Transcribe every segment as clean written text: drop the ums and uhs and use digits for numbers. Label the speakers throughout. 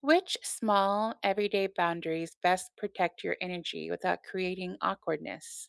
Speaker 1: Which small, everyday boundaries best protect your energy without creating awkwardness?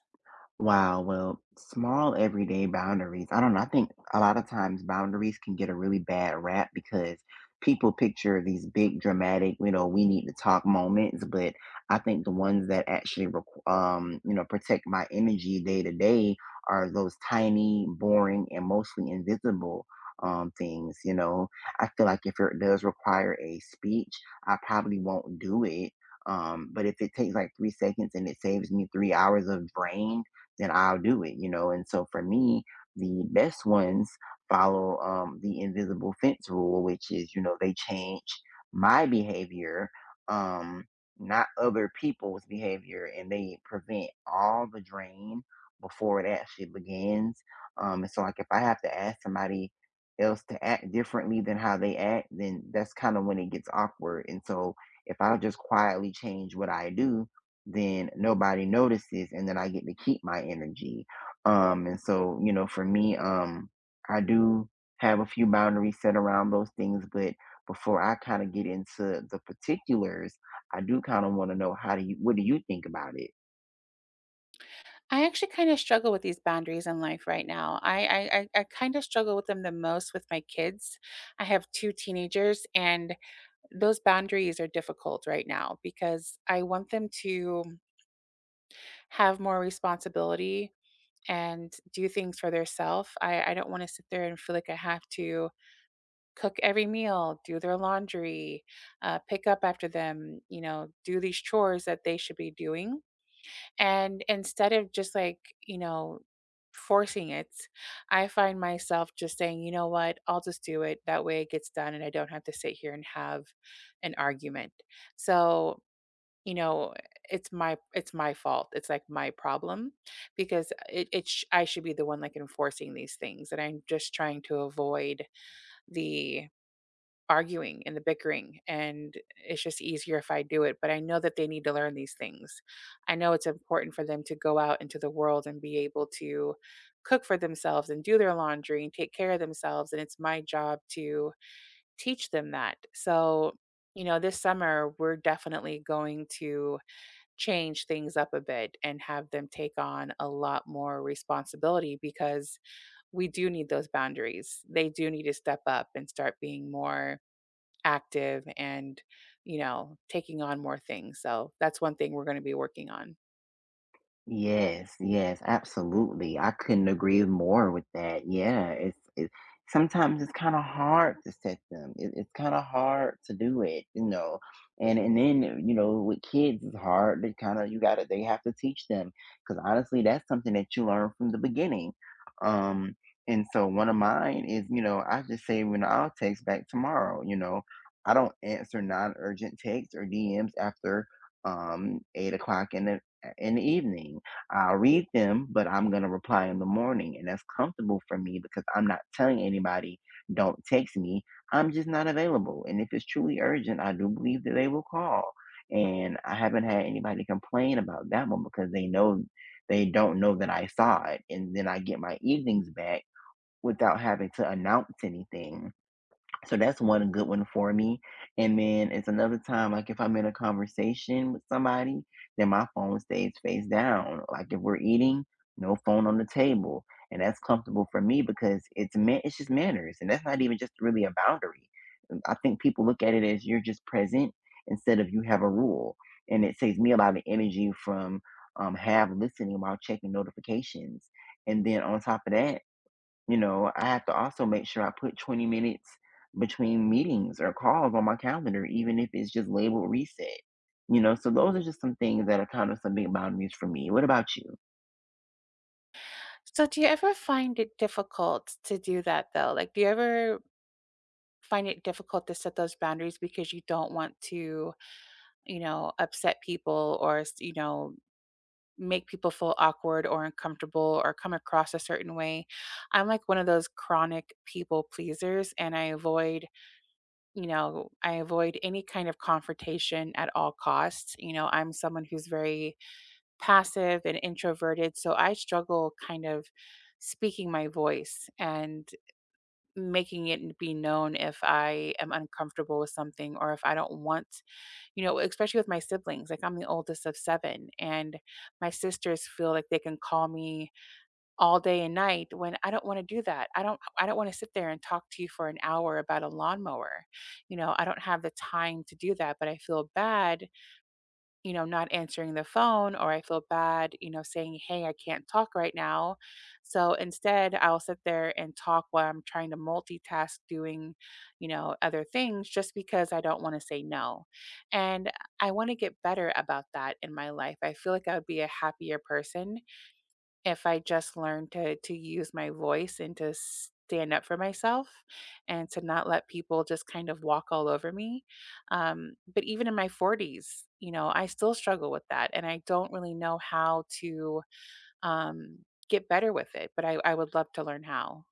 Speaker 2: Wow, well, small everyday boundaries. I don't know. I think a lot of times boundaries can get a really bad rap because people picture these big dramatic, you know, we need to talk moments, but I think the ones that actually you know, protect my energy day to day are those tiny, boring, and mostly invisible things, you know. I feel like if it does require a speech, I probably won't do it. But if it takes like 3 seconds and it saves me 3 hours of brain, then I'll do it, you know. And so for me, the best ones follow the invisible fence rule, which is, you know, they change my behavior, um, not other people's behavior, and they prevent all the drain before it actually begins. And so, like, if I have to ask somebody else to act differently than how they act, then that's kind of when it gets awkward. And so, if I just quietly change what I do, then nobody notices and then I get to keep my energy. You know, for me, I do have a few boundaries set around those things, but before I kind of get into the particulars, I do kind of want to know how do you what do you think about it?
Speaker 1: I actually kind of struggle with these boundaries in life right now. I kind of struggle with them the most with my kids. I have two teenagers, and those boundaries are difficult right now because I want them to have more responsibility and do things for themselves. I don't want to sit there and feel like I have to cook every meal, do their laundry, pick up after them, do these chores that they should be doing. And instead of just like, you know, forcing it, I find myself just saying, you know what, I'll just do it. That way it gets done and I don't have to sit here and have an argument. So, you know, it's my fault. It's like my problem because I should be the one like enforcing these things and I'm just trying to avoid the arguing and the bickering and it's just easier if I do it, but I know that they need to learn these things. I know it's important for them to go out into the world and be able to cook for themselves and do their laundry and take care of themselves and it's my job to teach them that. So, this summer we're definitely going to change things up a bit and have them take on a lot more responsibility because we do need those boundaries. They do need to step up and start being more active and, taking on more things. So that's one thing we're going to be working on.
Speaker 2: Yes, yes, absolutely. I couldn't agree more with that. Yeah, sometimes it's kind of hard to set them. It's kind of hard to do it, you know. And then, you know, with kids it's hard. They kind of you got to they have to teach them because honestly that's something that you learn from the beginning. Um, and so one of mine is, you know, I just say when I'll text back tomorrow. You know, I don't answer non-urgent texts or DMs after 8 o'clock in the evening. I'll read them, but I'm going to reply in the morning. And that's comfortable for me because I'm not telling anybody, don't text me. I'm just not available. And if it's truly urgent, I do believe that they will call. And I haven't had anybody complain about that one because they don't know that I saw it. And then I get my evenings back without having to announce anything. So that's one good one for me. And then it's another time, like if I'm in a conversation with somebody, then my phone stays face down. Like if we're eating, no phone on the table. And that's comfortable for me because it's just manners. And that's not even just really a boundary. I think people look at it as you're just present instead of you have a rule. And it saves me a lot of energy from have listening while checking notifications. And then on top of that, you know, I have to also make sure I put 20 minutes between meetings or calls on my calendar, even if it's just labeled reset. You know, so those are just some things that are kind of some big boundaries for me. What about you?
Speaker 1: So, do you ever find it difficult to do that though? Like, do you ever find it difficult to set those boundaries because you don't want to, upset people or, make people feel awkward or uncomfortable or come across a certain way? I'm like one of those chronic people pleasers and I avoid any kind of confrontation at all costs. I'm someone who's very passive and introverted, so I struggle kind of speaking my voice and making it be known if I am uncomfortable with something or if I don't want, especially with my siblings. Like I'm the oldest of seven, and my sisters feel like they can call me all day and night when I don't want to do that. I don't want to sit there and talk to you for an hour about a lawnmower. I don't have the time to do that, but I feel bad, not answering the phone or I feel bad, saying, hey, I can't talk right now. So instead, I'll sit there and talk while I'm trying to multitask doing, other things just because I don't want to say no. And I want to get better about that in my life. I feel like I would be a happier person if I just learn to use my voice and to stand up for myself and to not let people just kind of walk all over me. But even in my 40s, I still struggle with that. And I don't really know how to um, get better with it, but I would love to learn how.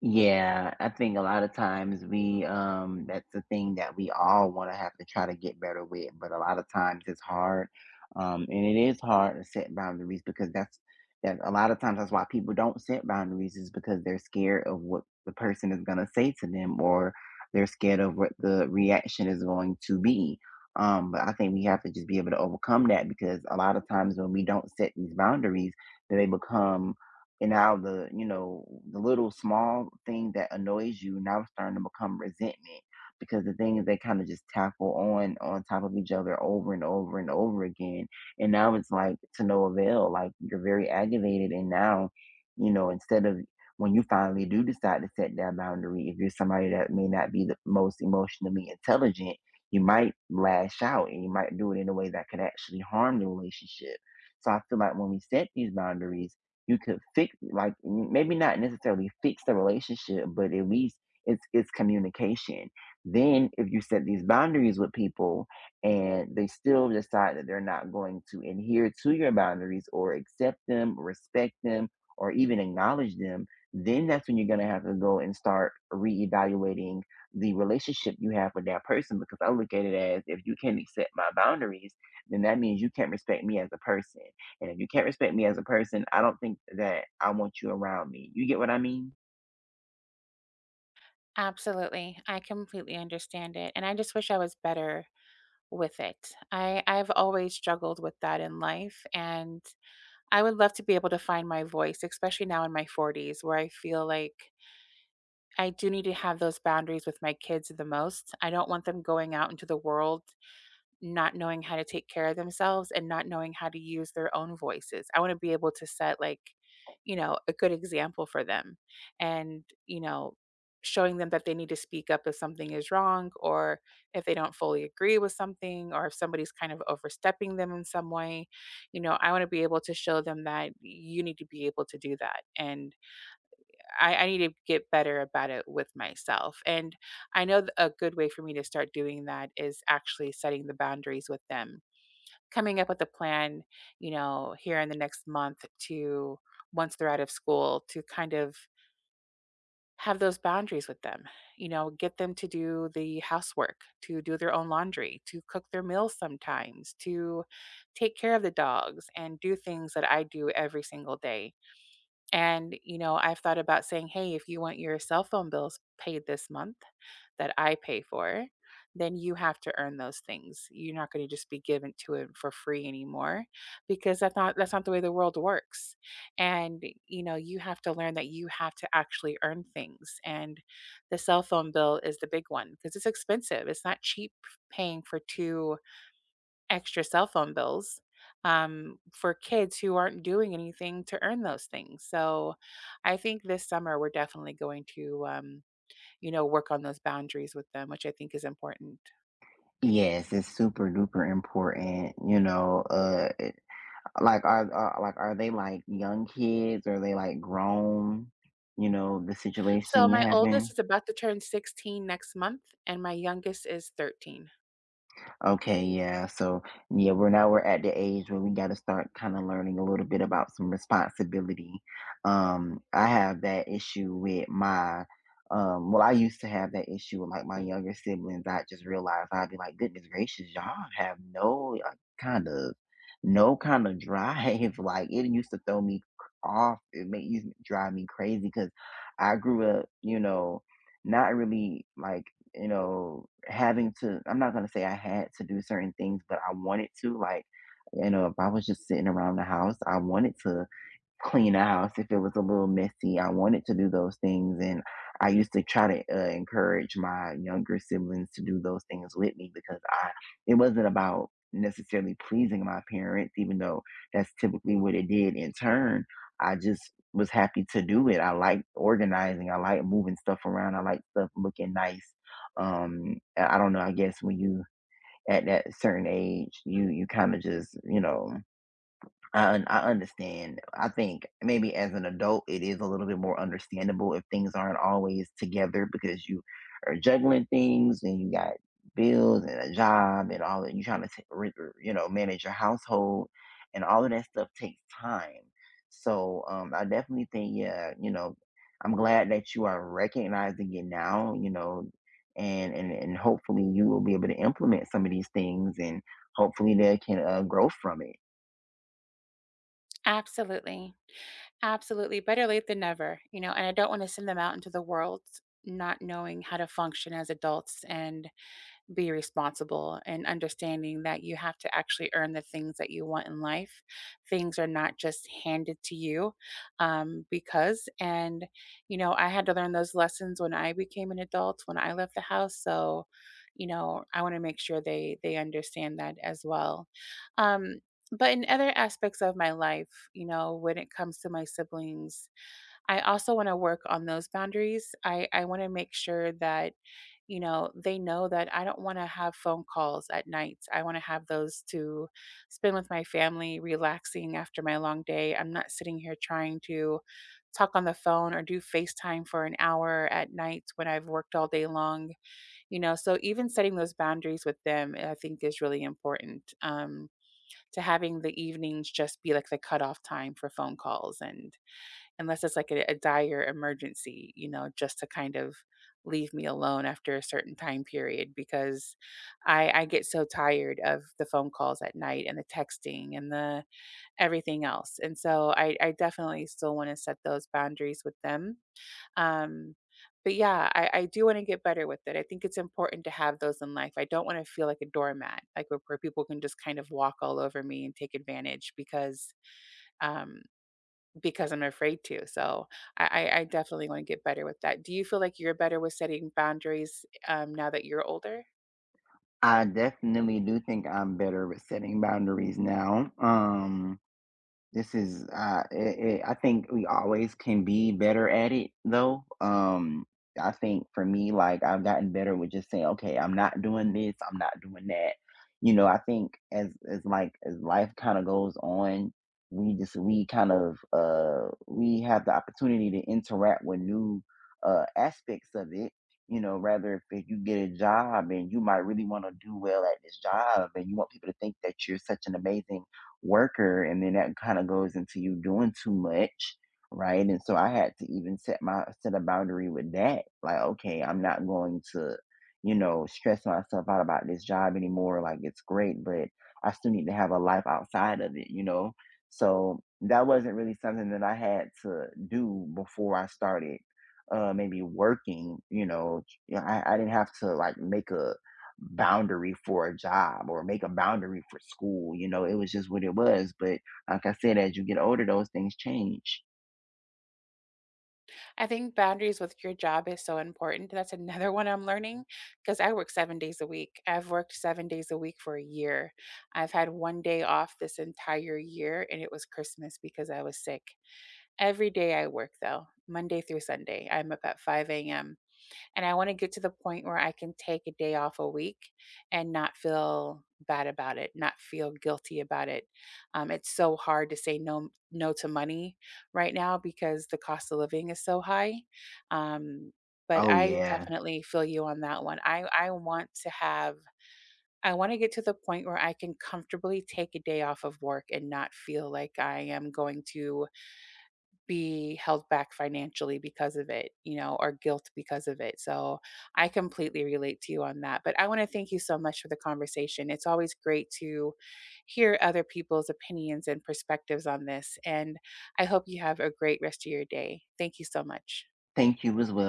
Speaker 2: Yeah, I think a lot of times we that's the thing that we all want to have to try to get better with, but a lot of times it's hard. And it is hard to set boundaries because that's that a lot of times that's why people don't set boundaries is because they're scared of what the person is going to say to them or they're scared of what the reaction is going to be. But I think we have to just be able to overcome that because a lot of times when we don't set these boundaries, they become, and now the you know the little small thing that annoys you now is starting to become resentment because the thing is they kind of just tackle on top of each other over and over and over again, and now it's like to no avail, like you're very aggravated. And now, you know, instead of when you finally do decide to set that boundary, if you're somebody that may not be the most emotionally intelligent, you might lash out and you might do it in a way that could actually harm the relationship. So I feel like when we set these boundaries, you could fix, like maybe not necessarily fix the relationship, but at least it's communication. Then if you set these boundaries with people and they still decide that they're not going to adhere to your boundaries or accept them, respect them, or even acknowledge them, then that's when you're going to have to go and start reevaluating the relationship you have with that person, because I look at it as, if you can't accept my boundaries, then that means you can't respect me as a person. And if you can't respect me as a person, I don't think that I want you around me. You get what I mean?
Speaker 1: Absolutely. I completely understand it. And I just wish I was better with it. I've always struggled with that in life. And I would love to be able to find my voice, especially now in my 40s, where I feel like I do need to have those boundaries with my kids the most. I don't want them going out into the world not knowing how to take care of themselves and not knowing how to use their own voices. I want to be able to set like, a good example for them and, showing them that they need to speak up if something is wrong or if they don't fully agree with something or if somebody's kind of overstepping them in some way. I want to be able to show them that you need to be able to do that and I need to get better about it with myself. And I know a good way for me to start doing that is actually setting the boundaries with them, coming up with a plan, here in the next month to once they're out of school to kind of have those boundaries with them, get them to do the housework, to do their own laundry, to cook their meals sometimes, to take care of the dogs and do things that I do every single day and, I've thought about saying, hey, if you want your cell phone bills paid this month that I pay for, then you have to earn those things. You're not going to just be given to it for free anymore because that's not the way the world works. And you have to learn that you have to actually earn things. And the cell phone bill is the big one because it's expensive. It's not cheap paying for two extra cell phone bills for kids who aren't doing anything to earn those things. So I think this summer we're definitely going to, work on those boundaries with them, which I think is important.
Speaker 2: Yes, it's super duper important. You know, like, are they like young kids? Or are they like grown? You know, the
Speaker 1: So
Speaker 2: situation you're
Speaker 1: my oldest
Speaker 2: having.
Speaker 1: is about to turn 16 next month, and my youngest is 13.
Speaker 2: Okay, yeah. So yeah, we're at the age where we got to start kind of learning a little bit about some responsibility. I have that issue with my, well, I used to have that issue with like my younger siblings. I just realized I'd be like, goodness gracious, y'all have no kind of, no kind of drive. Like it used to throw me off. It made used to drive me crazy because I grew up, you know, not really like, you know, having to, I'm not going to say I had to do certain things, but I wanted to. Like, you know, if I was just sitting around the house, I wanted to clean house if it was a little messy. I wanted to do those things, and I used to try to encourage my younger siblings to do those things with me because I, it wasn't about necessarily pleasing my parents, even though that's typically what it did. In turn, I just was happy to do it. I like organizing. I like moving stuff around. I like stuff looking nice. I don't know. I guess when you at that certain age, you kind of just, you know, I understand. I think maybe as an adult, it is a little bit more understandable if things aren't always together because you are juggling things and you got bills and a job and all that. You're trying to, you know, manage your household, and all of that stuff takes time. So I definitely think, yeah, you know, I'm glad that you are recognizing it now, you know, and and hopefully you will be able to implement some of these things, and hopefully they can grow from it.
Speaker 1: Absolutely. Absolutely. Better late than never, and I don't want to send them out into the world not knowing how to function as adults and be responsible and understanding that you have to actually earn the things that you want in life. Things are not just handed to you because, and, you know, I had to learn those lessons when I became an adult, when I left the house. So, I want to make sure they understand that as well. Um, but in other aspects of my life, when it comes to my siblings, I also want to work on those boundaries. I want to make sure that, they know that I don't want to have phone calls at night. I want to have those to spend with my family, relaxing after my long day. I'm not sitting here trying to talk on the phone or do FaceTime for an hour at night when I've worked all day long. So even setting those boundaries with them, I think, is really important to having the evenings just be like the cutoff time for phone calls and unless it's like a dire emergency, just to kind of leave me alone after a certain time period because I get so tired of the phone calls at night and the texting and the everything else. And so I definitely still want to set those boundaries with them. Um, but yeah, I do want to get better with it. I think it's important to have those in life. I don't want to feel like a doormat, like where people can just kind of walk all over me and take advantage um, because I'm afraid to. So I definitely want to get better with that. Do you feel like you're better with setting boundaries now that you're older?
Speaker 2: I definitely do think I'm better with setting boundaries now. This is, eh, eh, I think we always can be better at it though. I think for me, like I've gotten better with just saying, okay, I'm not doing this, I'm not doing that. You know, I think as as life kind of goes on, we kind of we have the opportunity to interact with new aspects of it. You know, rather if you get a job and you might really want to do well at this job and you want people to think that you're such an amazing worker, and then that kind of goes into you doing too much, right? And so I had to even set a boundary with that, like, okay, I'm not going to, you know, stress myself out about this job anymore. Like, it's great, but I still need to have a life outside of it, you know. So that wasn't really something that I had to do before I started maybe working, you know. I didn't have to like make a boundary for a job or make a boundary for school. You know, it was just what it was. But like I said, as you get older, those things change.
Speaker 1: I think boundaries with your job is so important. That's another one I'm learning because I work 7 days a week. I've worked 7 days a week for a year. I've had one day off this entire year, and it was Christmas because I was sick. Every day I work though, Monday through Sunday. I'm up at 5 a.m. And I want to get to the point where I can take a day off a week and not feel bad about it, not feel guilty about it. It's so hard to say no to money right now because the cost of living is so high. Um, but
Speaker 2: Oh,
Speaker 1: I
Speaker 2: yeah.
Speaker 1: definitely feel you on that one. I want to get to the point where I can comfortably take a day off of work and not feel like I am going to be held back financially because of it, or guilt because of it. So I completely relate to you on that. But I want to thank you so much for the conversation. It's always great to hear other people's opinions and perspectives on this. And I hope you have a great rest of your day. Thank you so much.
Speaker 2: Thank you as well.